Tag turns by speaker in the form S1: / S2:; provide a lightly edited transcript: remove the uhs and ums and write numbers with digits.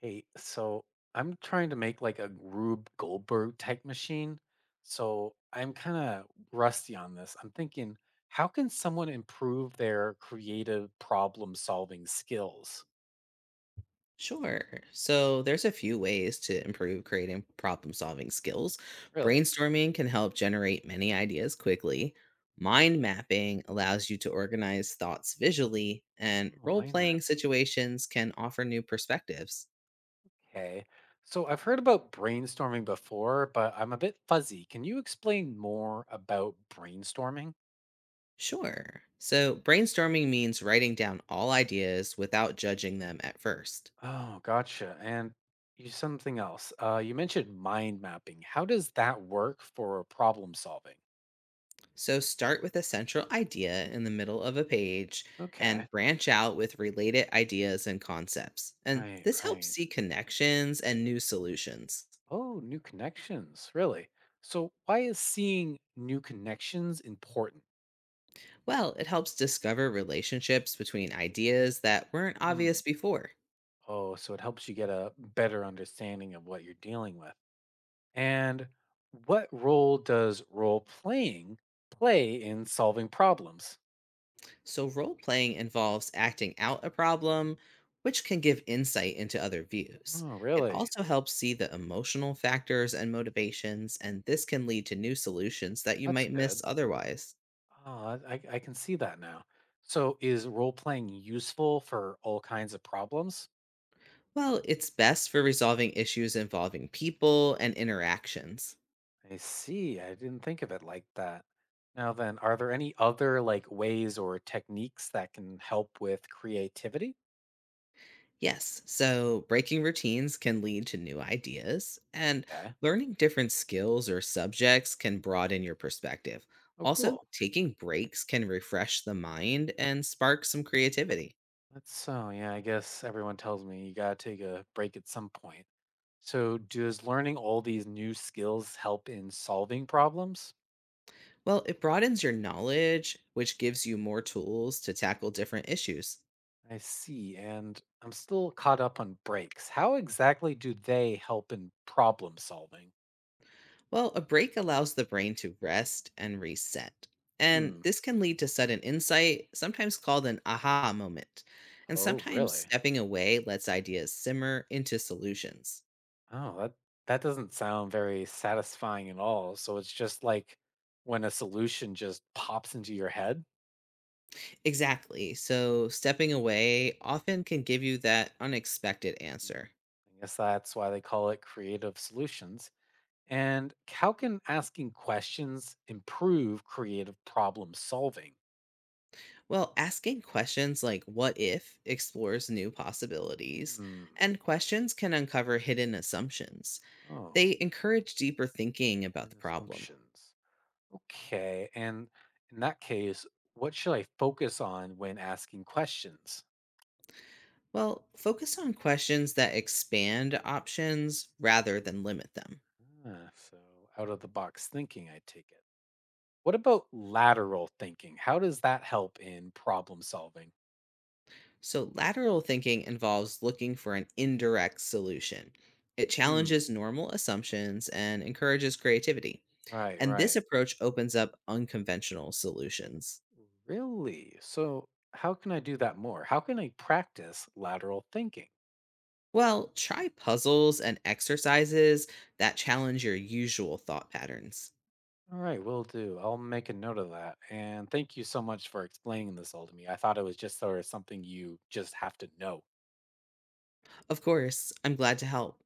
S1: Hey, so I'm trying to make like a Rube Goldberg type machine. So I'm kind of rusty on this. I'm thinking, how can someone improve their creative problem solving skills?
S2: Sure. So there's a few ways to improve creating problem solving skills.
S1: Really?
S2: Brainstorming can help generate many ideas quickly.
S1: Mm,
S2: Mind mapping allows you to organize thoughts visually, and
S1: Oh,
S2: role
S1: mind
S2: playing
S1: mapping.
S2: situations can offer new perspectives.
S1: Okay. So I've heard about brainstorming before, but I'm a bit fuzzy. Can you explain more about brainstorming?
S2: Sure. So brainstorming means writing down all ideas without judging them at first.
S1: Oh, gotcha. And you something else. You mentioned mind mapping. How does that work for problem solving?
S2: So start with a central idea in the middle of a page and
S1: Okay.
S2: branch out with related ideas and concepts. And
S1: Right,
S2: this helps
S1: right.
S2: see connections and new solutions.
S1: Oh, new connections. Really? So why is seeing new connections important?
S2: Well, it helps discover relationships between ideas that weren't
S1: Hmm.
S2: obvious before.
S1: Oh, so it helps you get a better understanding of what you're dealing with. And what role does role playing play in solving problems?
S2: So role playing involves acting out a problem, which can give insight into other views.
S1: Oh,
S2: It
S1: really?
S2: also helps see the emotional factors and motivations, and this can lead to new solutions that you
S1: That's
S2: might miss
S1: good.
S2: otherwise.
S1: Ah, I can see that now. So is role playing useful for all kinds of problems?
S2: Well, it's best for resolving issues involving people and interactions.
S1: I see. I didn't think of it like that. Now then, are there any other like ways or techniques that can help with creativity?
S2: Yes, so breaking routines can lead to new ideas, and
S1: Yeah.
S2: learning different skills or subjects can broaden your perspective.
S1: Oh,
S2: Also,
S1: cool.
S2: taking breaks can refresh the mind and spark some creativity.
S1: That's so, yeah, I guess everyone tells me you gotta take a break at some point. So does learning all these new skills help in solving problems?
S2: Well, it broadens your knowledge, which gives you more tools to tackle different issues.
S1: I see. And I'm still caught up on breaks. How exactly do they help in problem solving?
S2: Well, a break allows the brain to rest and reset. And
S1: Hmm.
S2: this can lead to sudden insight, sometimes called an aha moment. And
S1: Oh,
S2: sometimes
S1: really?
S2: stepping away lets ideas simmer into solutions.
S1: Oh, that doesn't sound very satisfying at all. So it's just like when a solution just pops into your head.
S2: Exactly. So, stepping away often can give you that unexpected
S1: Hmm.
S2: answer.
S1: I guess that's why they call it creative solutions. And how can asking questions improve creative problem solving?
S2: Well, asking questions like what if explores new possibilities,
S1: Hmm.
S2: and questions can uncover hidden assumptions.
S1: Oh,
S2: They encourage deeper thinking
S1: and
S2: about
S1: in
S2: the problem.
S1: assumptions. Okay. And in that case, what should I focus on when asking questions?
S2: Well, focus on questions that expand options rather than limit them.
S1: Ah, so, out of the box thinking, I take it. What about lateral thinking? How does that help in problem solving?
S2: So, lateral thinking involves looking for an indirect solution. It
S1: Hmm.
S2: challenges normal assumptions and encourages creativity.
S1: Right,
S2: And this
S1: right.
S2: approach opens up unconventional solutions.
S1: Really? So, how can I do that more? How can I practice lateral thinking?
S2: Well, try puzzles and exercises that challenge your usual thought patterns.
S1: All right, will do. I'll make a note of that. And thank you so much for explaining this all to me. I thought it was just sort of something you just have to know.
S2: Of course, I'm glad to help.